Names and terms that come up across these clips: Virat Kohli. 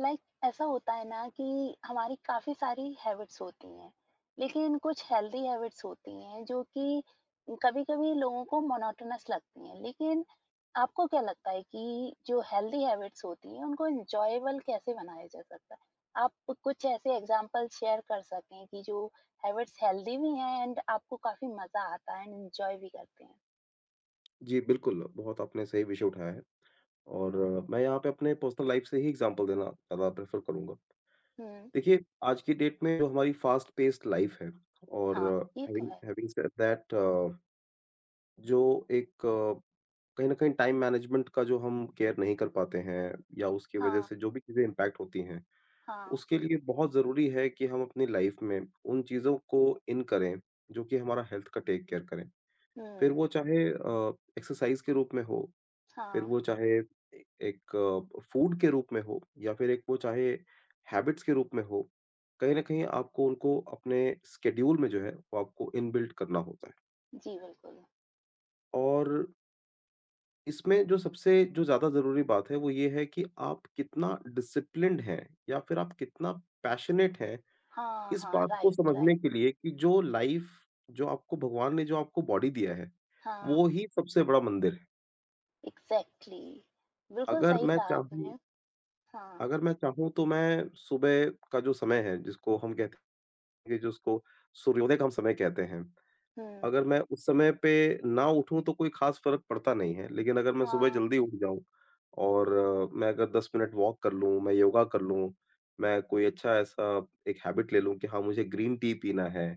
Like ऐसा होता है ना कि हमारी काफ़ी सारी हैबिट्स होती हैं, लेकिन कुछ हेल्दी हैबिट्स होती हैं जो कि कभी-कभी लोगों को मोनोटोनस लगती हैं। लेकिन आपको क्या लगता है कि जो हेल्दी हैबिट्स होती हैं उनको एन्जॉयबल कैसे बनाया जा सकता है? आप कुछ ऐसे एग्ज़ाम्पल शेयर कर सकें कि जो हैबिट्स हेल्दी भी हैं एंड आपको काफ़ी मज़ा आता है एंड एन्जॉय भी करते हैं? जी, बिल्कुल, बहुत आपने सही विषय उठाया है और हुँ। मैं यहाँ पे अपने पर्सनल लाइफ़ से ही एग्ज़ाम्पल देना ज़्यादा प्रेफ़र करूँगा। हुँ। देखिए, आज की डेट में जो हमारी फ़ास्ट पेस्ड लाइफ़ है और हाँ, ये तो हैविंग है। हैविंग सेड दैट जो एक कहीं न कहीं टाइम मैनेजमेंट का जो हम केयर नहीं कर पाते हैं या उसकी वज़ह हाँ, से जो भी चीज़ें इम्पैक्ट होती हैं, हाँ। उसके लिए बहुत ज़रूरी है कि हम अपनी लाइफ़ में उन चीज़ों को इन करें, जो कि हमारा हेल्थ का टेक केयर करें। फिर हुँ। वो चाहे एक्सरसाइज़ के रूप में हो, फिर हाँ। वो चाहे ए एक फूड के रूप में हो, या फिर एक वो चाहे हैबिट्स के रूप में हो, कहीं न कहीं आपको उनको अपने शेड्यूल में जो है वो आपको इनबिल्ट करना होता है। जी, बिल्कुल। और इसमें जो सबसे जो ज़्यादा ज़रूरी बात है वो ये है कि आप कितना डिसिप्लिन्ड हैं या फिर आप कितना पैशनेट हैं, हाँ, इस हाँ, बात को राइट, समझने राइट। के लिए कि जो लाइफ़ जो आपको भगवान ने जो आपको बॉडी दिया है, हाँ। वो ही सबसे बड़ा मंदिर है। एग्ज़ैक्टली, बिल्कुल अगर सही मैं कहा चाहूँ आपने। हाँ। अगर मैं चाहूँ तो मैं सुबह का जो समय है जिसको हम कहते हैं कि जिसको सूर्योदय का हम समय कहते हैं। हुँ। अगर मैं उस समय पे ना उठूँ तो कोई ख़ास फ़र्क पड़ता नहीं है, लेकिन अगर मैं सुबह हाँ। जल्दी उठ जाऊँ और मैं अगर 10 मिनट वॉक कर लूँ, मैं योगा कर लूँ, मैं कोई अच्छा ऐसा एक हैबिट ले लूँ कि हाँ, मुझे ग्रीन टी पीना है,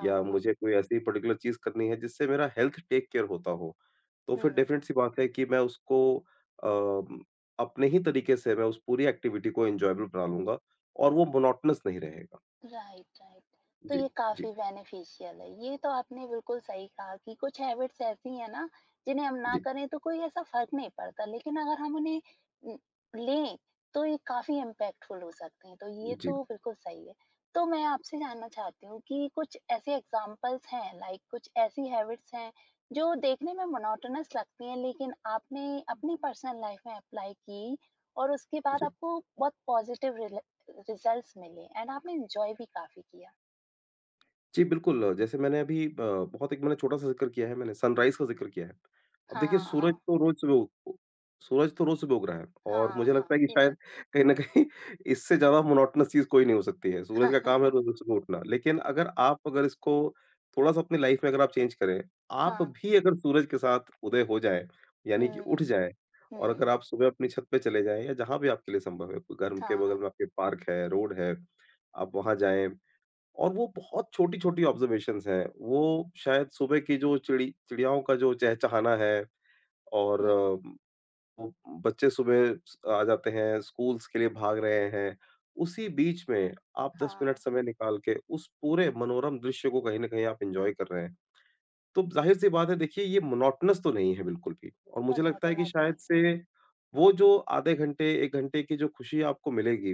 या हाँ। मुझे कोई ऐसी पर्टिकुलर चीज़ करनी है जिससे मेरा हेल्थ टेक केयर होता हो, तो हुँ। फिर डेफ़िनेट सी बात है कि मैं उसको अपने ही तरीके से मैं उस पूरी एक्टिविटी को एन्जॉयबल बना लूँगा और वो मोनोटोनस नहीं रहेगा। Right, right. तो जी, ये जी, काफी बेनिफिशियल है। ये तो आपने बिल्कुल सही कहा कि कुछ हैबिट्स ऐसी हैं ना जिन्हें हम ना जी, करें तो कोई ऐसा फर्क नहीं पड़ता, लेकिन अगर हम उन्हें न- लें तो ये काफी इम्पैक्टफुल हो सकते हैं। तो ये जी, तो बिल्कुल सही है। तो मैं आपसे जानना चाहती हूँ कि कुछ ऐसे एग्जाम्पल्स हैं, लाइक कुछ ऐसी हैबिट्स हैं जो देखने में मोनोटोनस लगती हैं लेकिन आपने अपनी पर्सनल लाइफ में अप्लाई की और उसके बाद जी। आपको बहुत पॉजिटिव रिजल्ट्स मिले एंड आपने एन्जॉय भी काफ़ी किया। जी, बिल्कुल, जैसे मैंने अभी ब बहुत एक मैंने छोटा-सा ज़िक्र किया है मैंने, सनराइज़ का ज़िक्र किया है। अब देखिए, हाँ, हाँ। उ सूरज तो रोज़ सुबह उग रहा है और हाँ, मुझे हाँ, लगता है कि ये तो शायद कहीं न कहीं इससे ज़्यादा मोनोटोनस चीज़ कोई नहीं हो सकती है। सूरज का काम है है। रोज़ सुबह उठना, लेकिन अगर इसको थोड़ा-सा अपनी लाइफ़ में अगर आप चेंज करें, आप हाँ। भी अगर सूरज के साथ उदय हो जाएँ, यानी कि उठ हुँ, जाएँ, और हुँ। अगर आप सुबह अपनी छत पे चले जाएँ, या जहाँ भी आपके लिए संभव है, कोई घर के हाँ। बगल में आपके पार्क है, रोड है, आप वहाँ जाएँ। और वो बहुत छोटी-छोटी ऑब्जर्वेशंस हैं। वो शायद सुबह की जो चिड़ी चिड़ियाओं का जो चहचहाना है और हुँ। वो बच्चे सुबह स आ जाते हैं, स्कूल्स के लिए भाग रहे हैं। उसी बीच में आप 10 मिनट हाँ, समय निकाल के उस पूरे मनोरम दृश्य को कहीं न कहीं आप एन्जॉय कर रहे हैं। तो ज़ाहिर-सी बात है, देखिए ये मोनोटोनस तो नहीं है बिल्कुल भी, और मुझे लगता है कि मोनोटोनस शायद नहीं है। से वो जो आधे घंटे, 1 घंटे की जो खुशी आपको मिलेगी,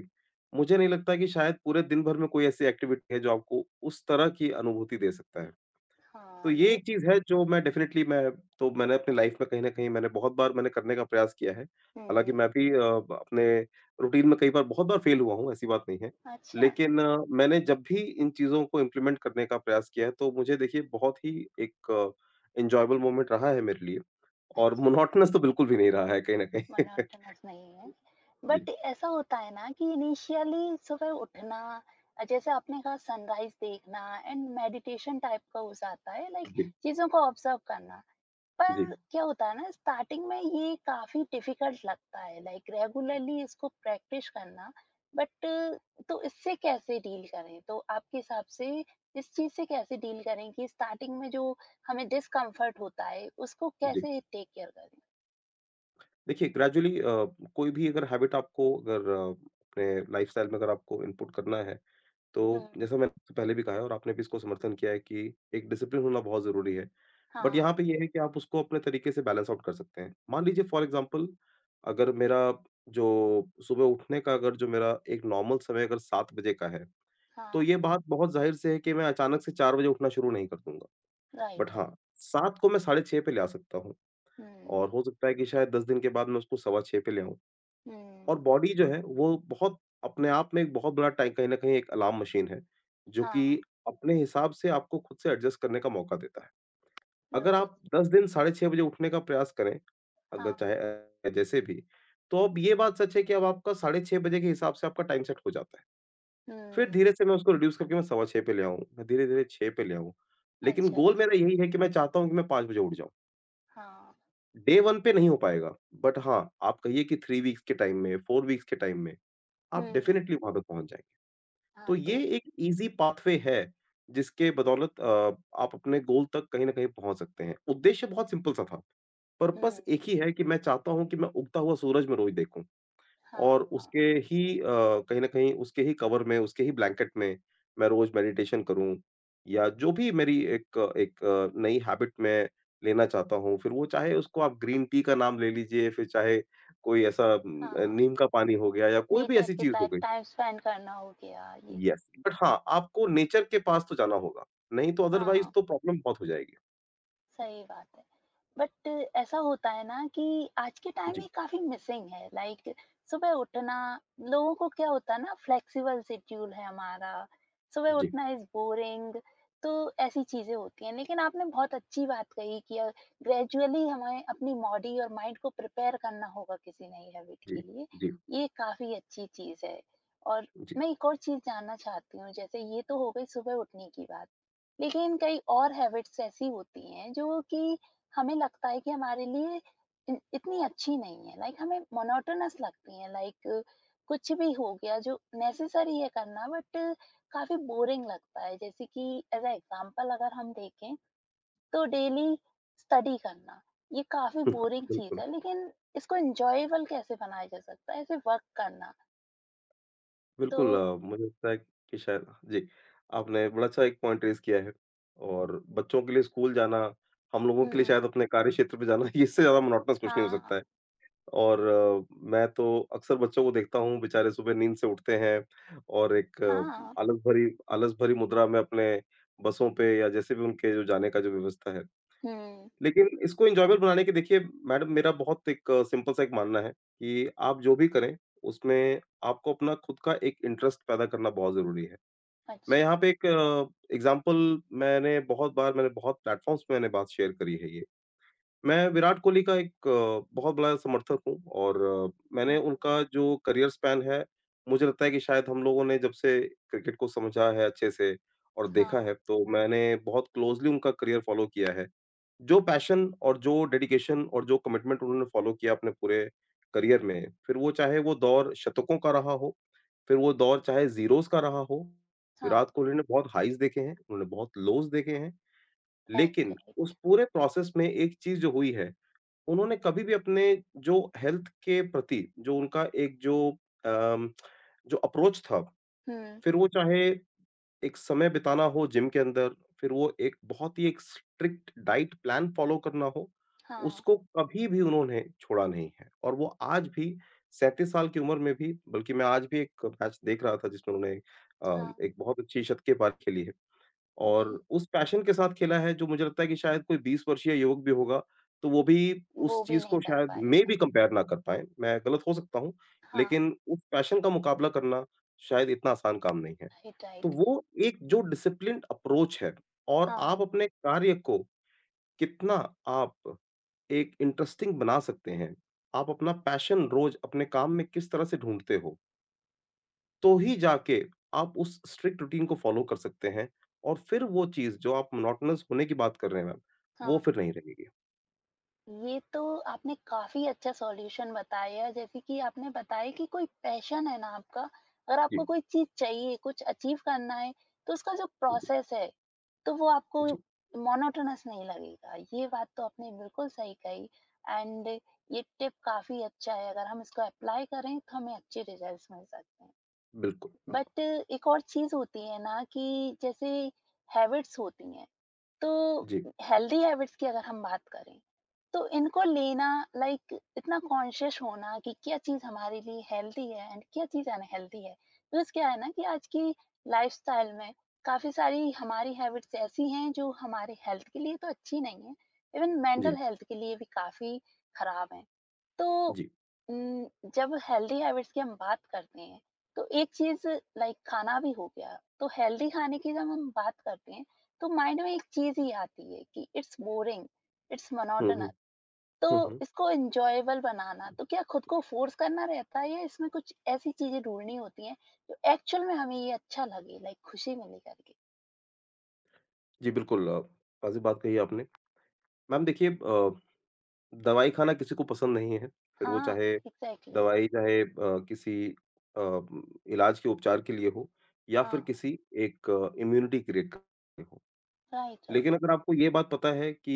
मुझे नहीं लगता कि शायद पूरे दिन भर में कोई ऐसी एक्टिविटी है जो आपको उस तरह की अनुभूति दे सकता है। तो हाँ, ये ये एक चीज़ है जो मैं डेफ़िनेटली मैं तो मैंने अपनी लाइफ़ में कहीं न कहीं मैंने बहुत बार मैंने करने का प्रयास किया है। हालाँकि हुँ। मैं भी अ, ब अपने रूटीन में कई बार बहुत बार फ़ेल हुआ हूँ, ऐसी बात नहीं है। अच्छा, लेकिन मैंने जब भी इन चीज़ों को इम्प्लीमेंट करने का प्रयास किया है, तो मुझे देखिए बहुत ही एक एन्जॉयबल मोमेंट रहा है मेरे लिए, और अच्छा। मोनोटोनस तो बिल्कुल भी नहीं रहा है कहीं न कहीं। मोनोटोनस नहीं है। बट जी, ऐसा होता है ना कि इनिशियली सुबह उठना, जैसे आपने कहा सनराइज़ देखना एंड मेडिटेशन टाइप का हो जाता है, लाइक जी, चीज़ों को ऑब्ज़र्व करना। जी, पर क्या होता है ना, स्टार्टिंग में ये काफ़ी डिफिकल्ट लगता है, लाइक रेगुलरली इसको प्रैक्टिस करना। बट तो इससे कैसे डील करें, तो आपके हिसाब से इस चीज़ से कैसे डील करें कि स्टार्टिंग में जो हमें डिस्कम्फर्ट होता है उसको जी। कैसे टेक केयर करें? देखिए, ग्रेजुअली कोई भी अगर हैबिट आपको अगर अपने लाइफ़स्टाइल में अगर आपको इनपुट करना है, तो हम्म। जैसा मैंने आपसे पहले भी कहा है और आपने भी इसको समर्थन किया है कि एक डिसिप्लिन होना बहुत ज़रूरी है। बट हाँ। यहाँ पे ये है कि आप उसको अपने तरीके से बैलेंस आउट कर सकते हैं। मान लीजिए, फॉर एग्ज़ाम्पल, अगर मेरा जो सुबह उठने का अगर जो मेरा एक नॉर्मल समय अगर 7 बजे का है, तो हाँ, ये बात बहुत ज़ाहिर-सी है कि मैं अचानक से 4 बजे उठना शुरू नहीं कर दूँगा। Right, but right. हाँ, 7 को मैं साढ़े 6 पे ले आ सकता हूँ, हम्म। और हो सकता है कि शायद 10 दिन के बाद मैं उसको सवा 6 पे ले आऊँ। हम्म। और बॉडी जो है वो बहुत अपने आप में एक बहुत बड़ा टाइ कहीं न कहीं एक अलार्म मशीन है, जो हाँ, कि अपने हिसाब से आपको खुद से एडजस्ट करने का मौका देता है। अगर बिल्कुल। आप 10 दिन साढ़े 6 बजे उठने का प्रयास करें, अगर हाँ। चाहे जैसे भी, तो अब ये बात सच है कि अब आपका साढ़े 6 बजे के हिसाब से आपका टाइम सेट हो जाता है। फिर हम्म। धीरे से मैं उसको रिड्यूस करके मैं सवा 6 पे ले आऊँ, मैं धीरे-धीरे 6 पे ले आऊँ। लेकिन अच्छा, गोल अच्छा। मेरा यही है कि मैं चाहता हूँ कि मैं 5 बजे उठ जाऊँ। हाँ। डे 1 पे नहीं हो पाएगा, बट हाँ, आप कहिए कि 3 वीक्स के टाइम में, 4 वीक्स के टाइम में, आप हम्म। डेफ़िनिटली वहाँ पे पहुँच जाएँगे। हाँ तो ये तो एक ईज़ी पाथवे है, जिसके बदौलत आप अपने गोल तक कहीं न कहीं पहुँच सकते हैं। उद्देश्य बहुत सिंपल सा था। पर्पज़ एक हम्म। ही है कि मैं चाहता हूँ कि मैं उगता हुआ सूरज मैं रोज़ देखूँ हाँ, और उसके हाँ। ही कहीं न कहीं उसके ही कवर में, उसके ही ब्लैंकेट में मैं रोज़ मेडिटेशन करूँ, या जो भी मेरी एक एक नई हैबिट मैं लेना चाहता हूँ, फिर वो चाहे उसको आप ग्रीन टी का नाम ले लीजिए, फिर चाहे कोई ऐसा हाँ, नीम का पानी हो गया या कोई भी नेचर ऐसी के चीज़ साथ हो गई। टाइम स्पेंड करना हो गया ये। यस, बट हाँ, आपको नेचर के पास तो जाना होगा, नहीं तो अदरवाइज़ हाँ, तो प्रॉब्लम बहुत हो जाएगी। सही बात है। बट ऐसा होता है ना कि आज के टाइम में जी, काफ़ी मिसिंग है, लाइक सुबह उठना। लोगों को क्या होता है ना, फ्लेक्सिबल शेड्यूल है हमारा, सुबह जी, उठना इज़ बोरिंग। तो ऐसी चीज़ें होती हैं। लेकिन आपने बहुत अच्छी बात कही कि ग्रेजुअली हमें अपनी बॉडी और माइंड को प्रिपेयर करना होगा किसी नई हैबिट जी, के लिए। जी, ये काफ़ी अच्छी चीज़ है। और जी। मैं एक और चीज़ जानना चाहती हूँ, जैसे ये तो हो गई सुबह उठने की बात। लेकिन कई और हैबिट्स ऐसी होती हैं जो कि हमें लगता है कि हमारे लिए इतनी अच्छी नहीं है, लाइक हमें मोनोटोनस लगती है। लाइक कुछ भी हो गया जो नेसेसरी है करना, बट काफी बोरिंग लगता है। जैसे कि एज अ एग्जाम्पल अगर हम देखें तो डेली स्टडी करना, ये काफी बोरिंग चीज बिल्कुल, है। लेकिन इसको एंजॉयबल कैसे बनाया जा सकता है ऐसे वर्क करना? तो बिल्कुल मुझे लगता है कि शायद हाँ, जी, आपने बड़ा अच्छा एक पॉइंट रेज़ किया है, और बच्चों के लिए स्कूल जाना, हम लोगों के लिए हम्म। शायद अपने कार्य क्षेत्र पे जाना, इससे ज़्यादा मोनोटोनस कुछ नहीं हो हाँ, सकता है। और मैं तो अक्सर बच्चों को देखता हूँ, बेचारे सुबह नींद से उठते हैं और एक हाँ। आलस भरी मुद्रा में अपने बसों पे या जैसे भी उनके जो जाने का जो व्यवस्था है। हम्म। लेकिन इसको एन्जॉयबल बनाने के देखिए मैडम, मेरा बहुत एक सिंपल सा एक मानना है कि आप जो भी करें, उसमें आपको अपना खुद का एक इंटरेस्ट पैदा करना बहुत ज़रूरी है। मैं अच्छा। यहाँ पे एक एग्ज़ाम्पल मैंने बहुत बार मैंने बहुत प्लेटफ़ॉर्म्स पे मैंने बात शेयर करी है ये। मैं विराट कोहली का एक बहुत बड़ा समर्थक हूँ, और मैंने हम्म। उनका जो करियर स्पैन है, मुझे लगता है कि शायद हम लोगों ने जब से क्रिकेट को समझा है अच्छे से और देखा हाँ। है, तो मैंने बहुत क्लोज़ली उनका करियर फ़ॉलो किया है। जो पैशन और जो डेडिकेशन और जो कमिटमेंट उन्होंने फ़ॉलो किया अपने पूरे करियर में, फिर वो चाहे वो दौर शतकों का रहा हो, फिर वो दौर चाहे ज़ीरोज़ का रहा हो, विराट हाँ, कोहली ने बहुत हाइज़ देखे हैं, उन्होंने बहुत लोज़ देखे हैं। राइट, लेकिन उस राइट। पूरे प्रोसेस में एक चीज़ जो हुई है, उन्होंने कभी भी अपने जो हेल्थ के प्रति जो उनका एक जो अम, जो अप्रोच था, हुँ। फिर वो चाहे एक समय बिताना हो जिम के अंदर, फिर वो एक बहुत ही एक स्ट्रिक्ट डाइट प्लान फ़ॉलो करना हो, हाँ, उसको कभी भी उन्होंने छोड़ा नहीं है, और वो आज भी 37 साल की उम्र में भी, बल्कि मैं आज भी एक मैच देख रहा था जिसमें उन्होंने हाँ। एक बहुत अच्छी शतकीय पारी खेली है। जी, और उस पैशन के साथ खेला है जो मुझे लगता है कि शायद कोई 20 वर्षीय युवक भी होगा, तो वो भी उस वो भी चीज़ नहीं को कर शायद पाएगा। मेबी कंपेयर ना कर पाएँ, मैं गलत हो सकता हूँ, हाँ, लेकिन उस पैशन का मुकाबला करना शायद इतना आसान काम नहीं है। राइट, तो राइट। वो एक जो डिसिप्लिन्ड अप्रोच है, और हाँ, आप अपने कार्य को कितना आप एक इंटरेस्टिंग बना सकते हैं, आप अपना पैशन रोज़ अपने काम में किस तरह से ढूँढते हो? तो ही जाके आप उस स्ट्रिक्ट रूटीन को फ़ॉलो कर सकते हैं और फिर वो चीज़ जो आप मोनोटोनस होने की बात कर रहे हैं मैम, वो हाँ, फिर नहीं रहेगी। ये तो आपने काफ़ी अच्छा सॉल्यूशन बताया, जैसे कि आपने बताया कि कोई पैशन है ना आपका, अगर आपको जी, कोई चीज़ चाहिए, कुछ अचीव करना है, तो उसका जो जी, प्रोसेस है, तो वो आपको जी, मोनोटोनस नहीं लगेगा। ये बात तो आपने बिल्कुल सही कही। एंड ये टिप काफ़ी अच्छा है, अगर हम इसको अप्लाई करें, तो हमें अच्छे रिजल्ट्स मिल सकते हैं। बिल्कुल, बिल्कुल। बट एक और चीज होती है ना कि जैसे हैबिट्स होती हैं, तो जी, हेल्दी हैबिट्स की अगर हम बात करें तो इनको लेना, लाइक इतना कॉन्शियस होना कि क्या चीज हमारे लिए हेल्दी है एंड क्या चीज अनहेल्दी है, बिकॉज क्या है ना कि आज की लाइफस्टाइल में काफी सारी हमारी हैबिट्स ऐसी हैं जो हमारे हेल्थ के लिए तो अच्छी नहीं है, इवन जी, मेंटल हेल्थ के लिए भी काफी खराब है। तो जी। उम, जब हेल्दी हैबिट्स की हम बात करते हैं तो एक चीज़ लाइक खाना भी हो गया। तो हेल्दी खाने की जब हम बात करते हैं तो माइंड में एक चीज़ ही आती है कि it's boring, it's hmm, hmm, monotonous. तो हुँ, हुँ। इसको एन्जॉयबल बनाना, तो क्या खुद को फ़ोर्स करना रहता है या इसमें कुछ ऐसी चीज़ें ढूँढनी होती हैं जो एक्चुअल में हमें ये अच्छा लगे लाइक खुशी मिले करके? जी, बिल्कुल, वाज़िब बात कही आपने। मैम देखिए, दवाई खाना किसी को पसंद नहीं है, फिर वो हाँ, चाहे एग्ज़ैक्टली। दवाई, चाहे किसी, इलाज के उपचार के लिए हो या हाँ, फिर किसी एक इम्यूनिटी क्रिएट करने हो। Right, right. लेकिन अगर आपको ये बात पता है कि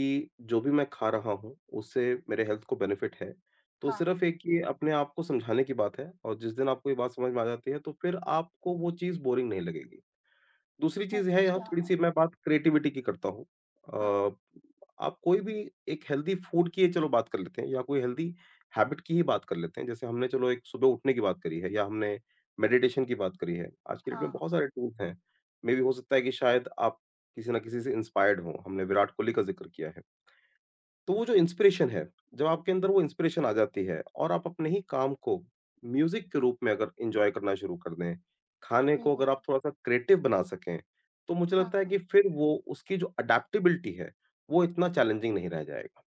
जो भी मैं खा रहा हूँ, उससे मेरे हेल्थ को बेनिफिट है, तो हाँ, सिर्फ़ एक ये अपने आप को समझाने की बात है और जिस दिन आपको ये बात समझ में आ जाती है, तो फिर आपको वो चीज़ बोरिंग नहीं लगेगी। दूसरी चीज़ है, यहाँ अच्छा। थोड़ी-सी मैं बात क्रिएटिविटी की करता हूँ। हाँ, अ, आप कोई भी एक हेल्दी फूड की चलो बात कर लेते हैं या कोई हेल्दी हैबिट की ही बात कर लेते हैं। जैसे हमने चलो एक सुबह उठने की बात करी है या हमने मेडिटेशन की बात करी है। आज की डेट में हाँ। बहुत सारे टूल्स हैं। मे बी हो सकता है कि शायद आप किसी न किसी से इंस्पायर्ड हों। हमने विराट कोहली का ज़िक्र किया है। तो वो जो इंस्पिरेशन है, जब आपके अंदर वो इंस्पिरेशन आ जाती है और आप अपने ही काम को म्यूज़िक के रूप में अगर एन्जॉय करना शुरू कर दें, खाने हुँ। को अगर आप थोड़ा-सा क्रिएटिव बना सकें, तो मुझे लगता है हाँ। कि फिर वो उसकी जो अडैप्टेबिलिटी है, वो इतना चैलेंजिंग नहीं रह जाएगा।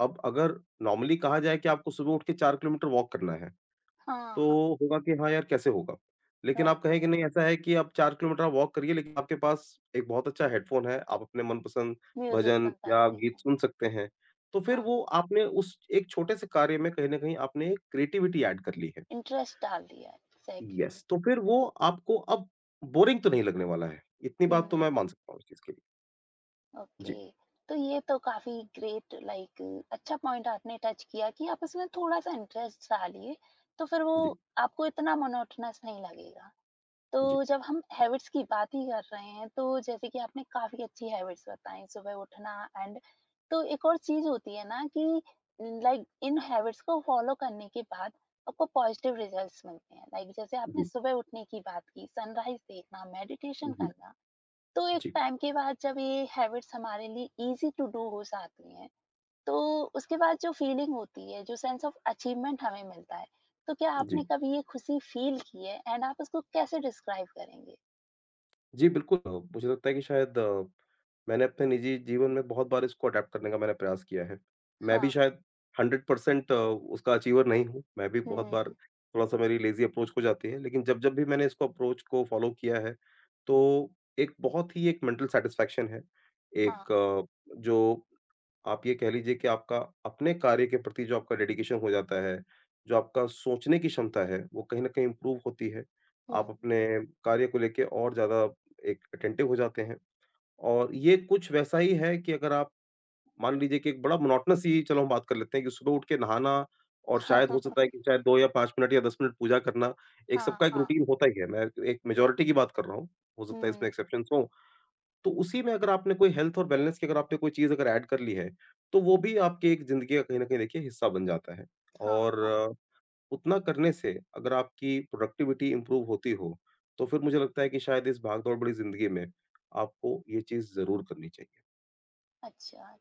अब अगर नॉर्मली कहा जाए कि आपको सुबह उठ के 4 किलोमीटर वॉक करना है। हाँ, तो हाँ। होगा कि हाँ यार कैसे होगा? लेकिन राइट, आप कहें राइट। कि नहीं, ऐसा है कि आप 4 किलोमीटर आप वॉक करिए, लेकिन आपके पास एक बहुत अच्छा हेडफ़ोन है, आप अपने मनपसंद म्यूज़िक भजन सुन या सकते गीत हैं। सुन सकते हैं। तो फिर हाँ, वो आपने उस एक छोटे से कार्य में कहीं न कहीं आपने एक क्रिएटिविटी ऐड कर ली है। इंटरेस्ट डाल दिया है, एग्ज़ैक्टली। यस, तो फिर वो आपको अब बोरिंग तो नहीं लगने वाला है। इतनी बात तो मैं हुँ। मान सकता हूँ इस चीज़ के लिए। जी, ओके। तो ये तो काफ़ी ग्रेट, लाइक अच्छा पॉइंट आपने टच किया कि आप उसमें थोड़ा-सा इंटरेस्ट डालिए, तो फिर वो जी, आपको इतना मोनोटोनस नहीं लगेगा। तो जी, जब हम हैबिट्स की बात ही कर रहे हैं तो जैसे कि आपने काफी अच्छी हैबिट्स बताई सुबह उठना एंड तो एक और चीज होती है ना कि लाइक इन हैबिट्स को फॉलो करने के बाद आपको पॉजिटिव रिजल्ट्स मिलते हैं, लाइक जैसे आपने जी, सुबह उठने की बात की, सनराइज देखना, मेडिटेशन जी, जी, करना, तो एक जी, टाइम के बाद जब ये हैबिट्स हमारे लिए इजी टू डू हो जाती हैं, तो उसके बाद जो फीलिंग होती है, जो सेंस ऑफ अचीवमेंट हमें मिलता है, तो क्या आपने जी। कभी ये खुशी फील की है एंड आप उसको कैसे डिस्क्राइब करेंगे? जी, बिल्कुल, मुझे लगता है कि शायद मैंने अपने निजी जीवन में बहुत बार इसको अडॉप्ट करने का मैंने प्रयास किया है। मैं भी हाँ। शायद 100% उसका अचीवर नहीं हूँ, मैं भी बहुत बार हुँ। थोड़ा-सा मेरी लेज़ी अप्रोच हो जाती है, लेकिन जब-जब भी मैंने इसको अप्रोच को फ़ॉलो किया है, तो एक बहुत ही एक मेंटल सैटिस्फैक्शन है, एक, हाँ। जो आप ये कह लीजिए कि आपका अपने कार्य के प्रति जो आपका डेडिकेशन हो जाता है, जो आपका सोचने की क्षमता है, वो कहीं न कहीं इम्प्रूव होती है। हुँ। आप अपने कार्य को लेके और ज़्यादा एक अटेंटिव हो जाते हैं और ये कुछ वैसा ही है कि अगर आप मान लीजिए कि एक बड़ा मोनोटोनस ही चलो हम बात कर लेते हैं कि सुबह उठ के नहाना और शायद हो सकता है कि शायद 2 या 5 मिनट या 10 मिनट पूजा करना, एक हाँ, सबका एक हाँ। रूटीन होता ही है। मैं एक मेजॉरिटी की बात कर रहा हूँ, हो सकता है इसमें हुँ। एक्सेप्शन्स हों। तो उसी में अगर आपने कोई हेल्थ और वेलनेस की अगर आपने कोई चीज़ अगर ऐड कर ली है, तो वो भी आपकी एक ज़िंदगी का कहीं न कहीं देखिए हिस्सा बन जाता है। हाँ, और हाँ। उतना करने से अगर आपकी प्रोडक्टिविटी इम्प्रूव होती हो, तो फिर मुझे लगता है कि शायद इस भाग-दौड़ भरी ज़िंदगी में आपको ये चीज़ ज़रूर करनी चाहिए। अच्छा।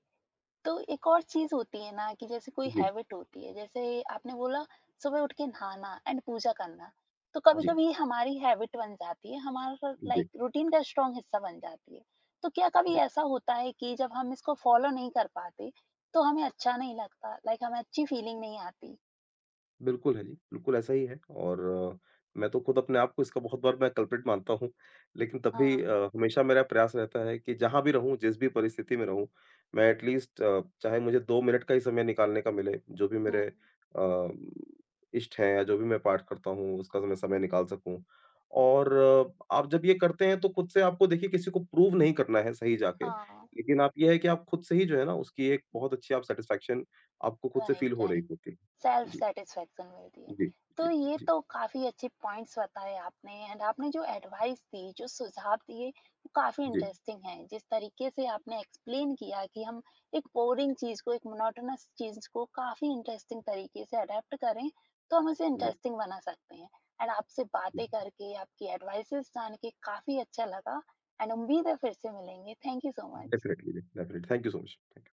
तो एक और चीज़ होती है ना कि जैसे कोई जी, हैबिट होती है, जैसे आपने बोला सुबह उठ के नहाना एंड पूजा करना, तो जी, कभी-कभी हमारी हैबिट बन जाती है, हमारा जी, लाइक जी। रूटीन का स्ट्रॉन्ग हिस्सा बन जाती है। तो क्या कभी ऐसा होता है कि जब हम इसको फॉलो नहीं कर पाते, तो हमें अच्छा नहीं लगता, लाइक हमें अच्छी फीलिंग नहीं आती? बिल्कुल है जी, बिल्कुल ऐसा ही है और अ, मैं तो खुद अपने आप को इसका बहुत बार मैं कल्प्रिट मानता हूँ। लेकिन तब भी, हाँ। हमेशा मेरा प्रयास रहता है कि जहाँ भी रहूँ, जिस भी परिस्थिति में रहूँ, मैं एटलीस्ट, चाहे मुझे 2 मिनट का ही समय निकालने का मिले, जो भी हुँ। मेरे, इष्ट हैं या जो भी मैं पाठ करता हूँ, उसका मैं समय निकाल सकूँ। और आप जब ये करते हैं, तो खुद से आपको देखिए किसी को प्रूव नहीं करना है सही जाके, हाँ, लेकिन आप ये है कि आप खुद से ही जो है ना, उसकी एक बहुत अच्छी आप सैटिस्फैक्शन आपको खुद से राइट, फ़ील हो रही राइट। होती है। सेल्फ जी। सैटिस्फैक्शन मिलती जी, है। जी, जी, तो ये तो काफ़ी अच्छे पॉइंट्स बताए आपने एंड आपने जो एडवाइस दी, जो सुझाव दिए, वो काफ़ी जी, इंटरेस्टिंग हैं। जिस तरीके से आपने एक्सप्लेन किया कि हम एक बोरिंग चीज़ को, एक मोनोटोनस चीज़ को काफ़ी इंटरेस्टिंग तरीके से अडैप्ट करें, तो हम उसे जी, इंटरेस्टिंग बना सकते हैं। एंड आपसे जी, बातें करके, आपकी एडवाइसेज़ जान के काफ़ी अच्छा लगा एंड उम्मीद है फिर से मिलेंगे। Thank you so much. Definitely, definitely. Thank you so much.